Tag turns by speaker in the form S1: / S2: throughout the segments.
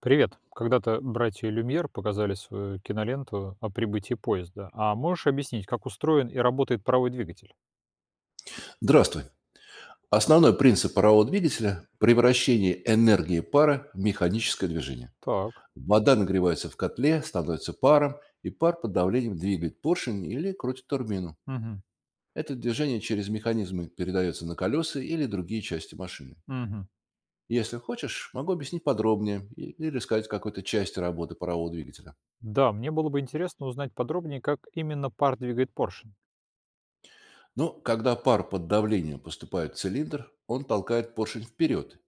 S1: Привет. Когда-то братья Люмьер показали свою киноленту о прибытии поезда. А можешь объяснить, как устроен и работает правый двигатель?
S2: Здравствуй. Основной принцип парового двигателя– превращение энергии пара в механическое движение.
S1: Так.
S2: Вода нагревается в котле, становится паром, и пар под давлением двигает поршень или крутит турбину.
S1: Мгм.
S2: Это движение через механизмы передается на колеса или другие части машины.
S1: Мгм.
S2: Если хочешь, могу объяснить подробнее или рассказать какой-то части работы парового двигателя.
S1: Да, мне было бы интересно узнать подробнее, как именно пар двигает поршень.
S2: Но когда пар под давлением поступает в цилиндр, он толкает поршень вперед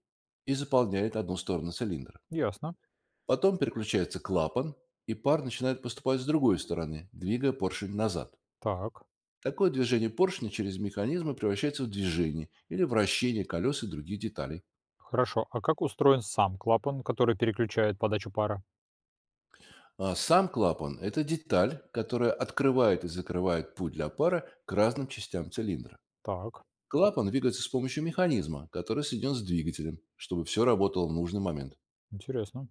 S2: и заполняет одну сторону цилиндра.
S1: Ясно.
S2: Потом переключается клапан, и пар начинает поступать с другой стороны, двигая поршень назад.
S1: Так.
S2: Такое движение поршня через механизмы превращается в движение или вращение колес и других деталей.
S1: Хорошо. А как устроен сам клапан, который переключает подачу пара?
S2: А сам клапан– это деталь, которая открывает и закрывает путь для пара к разным частям цилиндра.
S1: Так.
S2: Клапан двигается с помощью механизма, который соединен с двигателем, чтобы все работало в нужный момент.
S1: Интересно.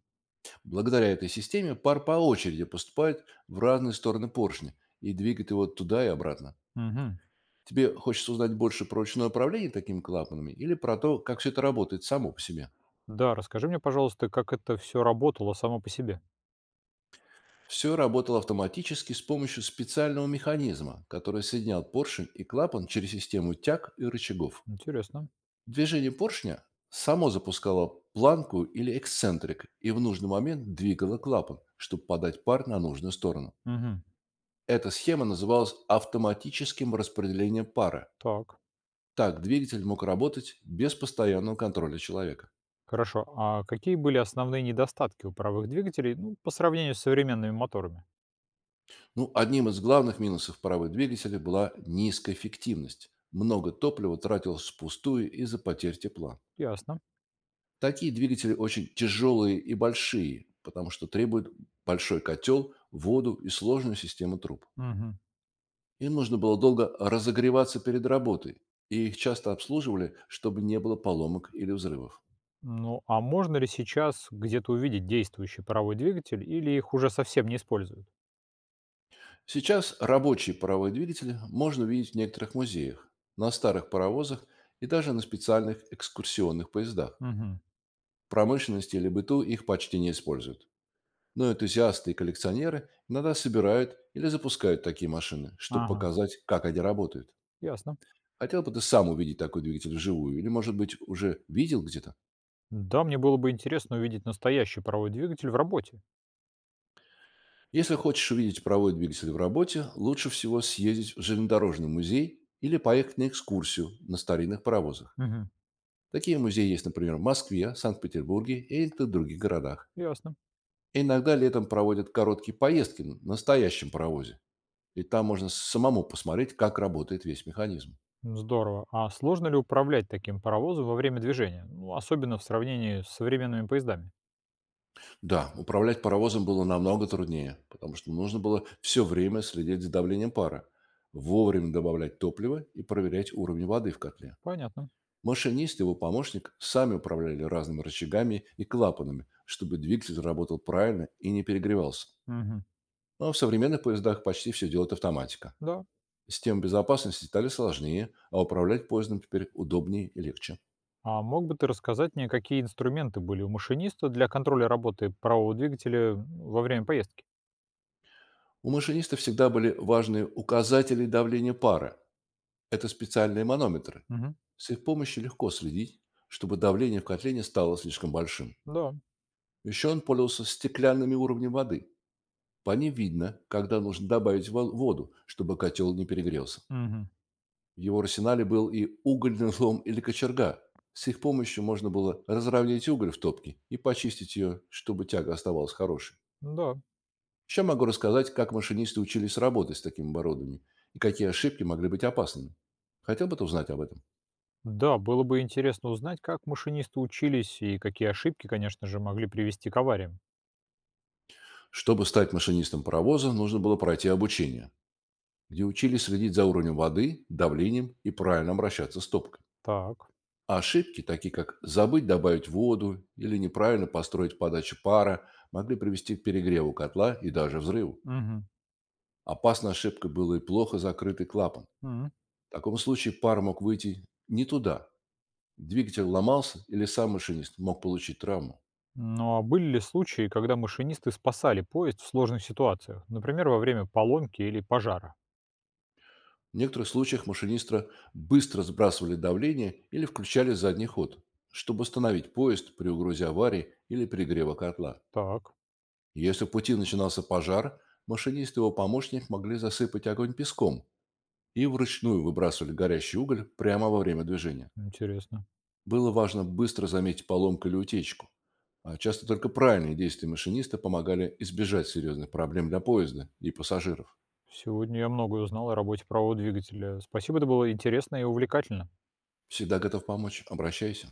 S2: Благодаря этой системе пар по очереди поступает в разные стороны поршня и двигает его туда и обратно.
S1: Мгм.
S2: Тебе хочется узнать больше про ручное управление такими клапанами или про то, как все это работает само по себе?
S1: Да, расскажи мне, пожалуйста, как это все работало само по себе.
S2: Все работало автоматически с помощью специального механизма, который соединял поршень и клапан через систему тяг и рычагов.
S1: Интересно.
S2: Движение поршня само запускало планку или эксцентрик и в нужный момент двигало клапан, чтобы подать пар на нужную сторону.
S1: Мгм.
S2: Эта схема называлась автоматическим распределением пара.
S1: Так.
S2: Так двигатель мог работать без постоянного контроля человека.
S1: Хорошо. А какие были основные недостатки у паровых двигателей, ну, по сравнению с современными моторами?
S2: Ну, одним из главных минусов паровых двигателей была низкая эффективность. Много топлива тратилось впустую из-за потерь тепла.
S1: Ясно.
S2: Такие двигатели очень тяжелые и большие, потому что требуют большой котел, воду и сложную систему труб.
S1: Мгм.
S2: Им нужно было долго разогреваться перед работой, и их часто обслуживали, чтобы не было поломок или взрывов.
S1: Ну, а можно ли сейчас где-то увидеть действующий паровой двигатель или их уже совсем не используют?
S2: Сейчас рабочие паровые двигатели можно увидеть в некоторых музеях, на старых паровозах и даже на специальных экскурсионных поездах.
S1: Мгм.
S2: В промышленности или быту их почти не используют. Но энтузиасты и коллекционеры иногда собирают или запускают такие машины, чтобы
S1: Ага.
S2: показать, как они работают.
S1: Ясно.
S2: Хотел бы ты сам увидеть такой двигатель вживую или, может быть, уже видел где-то?
S1: Да, мне было бы интересно увидеть настоящий паровой двигатель в работе.
S2: Если хочешь увидеть паровой двигатель в работе, лучше всего съездить в железнодорожный музей или поехать на экскурсию на старинных паровозах.
S1: Мгм.
S2: Такие музеи есть, например, в Москве, Санкт-Петербурге и в других городах.
S1: Ясно.
S2: Иногда летом проводят короткие поездки на настоящем паровозе, и там можно самому посмотреть, как работает весь механизм.
S1: Здорово. А сложно ли управлять таким паровозом во время движения? Ну, особенно в сравнении с современными поездами.
S2: Да, управлять паровозом было намного труднее, потому что нужно было все время следить за давлением пара, вовремя добавлять топливо и проверять уровень воды в котле.
S1: Понятно.
S2: Машинист и его помощник сами управляли разными рычагами и клапанами, чтобы двигатель работал правильно и не перегревался.
S1: Мгм.
S2: Но в современных поездах почти все делает автоматика.
S1: Да.
S2: Системы безопасности стали сложнее, а управлять поездом теперь удобнее и легче.
S1: А мог бы ты рассказать мне, какие инструменты были у машиниста для контроля работы правого двигателя во время поездки?
S2: У машиниста всегда были важные указатели давления пара. Это специальные манометры.
S1: Мгм.
S2: С их помощью легко следить, чтобы давление в котле не стало слишком большим.
S1: Да.
S2: Еще он пользовался стеклянными уровнями воды. По ним видно, когда нужно добавить воду, чтобы котел не перегрелся.
S1: Мгм.
S2: В его арсенале был и угольный лом или кочерга. С их помощью можно было разровнять уголь в топке и почистить ее, чтобы тяга оставалась хорошей.
S1: Да.
S2: Еще могу рассказать, как машинисты учились работать с таким оборудованием и какие ошибки могли быть опасными. Хотел бы ты узнать об этом?
S1: Да, было бы интересно узнать, как машинисты учились и какие ошибки, конечно же, могли привести к авариям.
S2: Чтобы стать машинистом паровоза, нужно было пройти обучение, где учили следить за уровнем воды, давлением и правильно обращаться с топкой.
S1: Так.
S2: А ошибки, такие как забыть добавить воду или неправильно построить подачу пара, могли привести к перегреву котла и даже взрыву.
S1: Мгм.
S2: Опасной ошибкой было и плохо закрытый клапан.
S1: М.
S2: В таком случае пар мог выйти не туда, двигатель ломался или сам машинист мог получить травму.
S1: Ну а были ли случаи, когда машинисты спасали поезд в сложных ситуациях? Например, во время поломки или пожара?
S2: В некоторых случаях машиниста быстро сбрасывали давление или включали задний ход, чтобы остановить поезд при угрозе аварии или перегрева котла.
S1: Так,
S2: Если в пути начинался пожар, машинист и его помощник могли засыпать огонь песком и вручную выбрасывали горящий уголь прямо во время движения.
S1: интересно.
S2: Было важно быстро заметить поломку или утечку. А часто только правильные действия машиниста помогали избежать серьезных проблем для поезда и пассажиров.
S1: Сегодня я многое узнал о работе правого двигателя. Спасибо, это было интересно и увлекательно.
S2: Всегда готов помочь. Обращайся.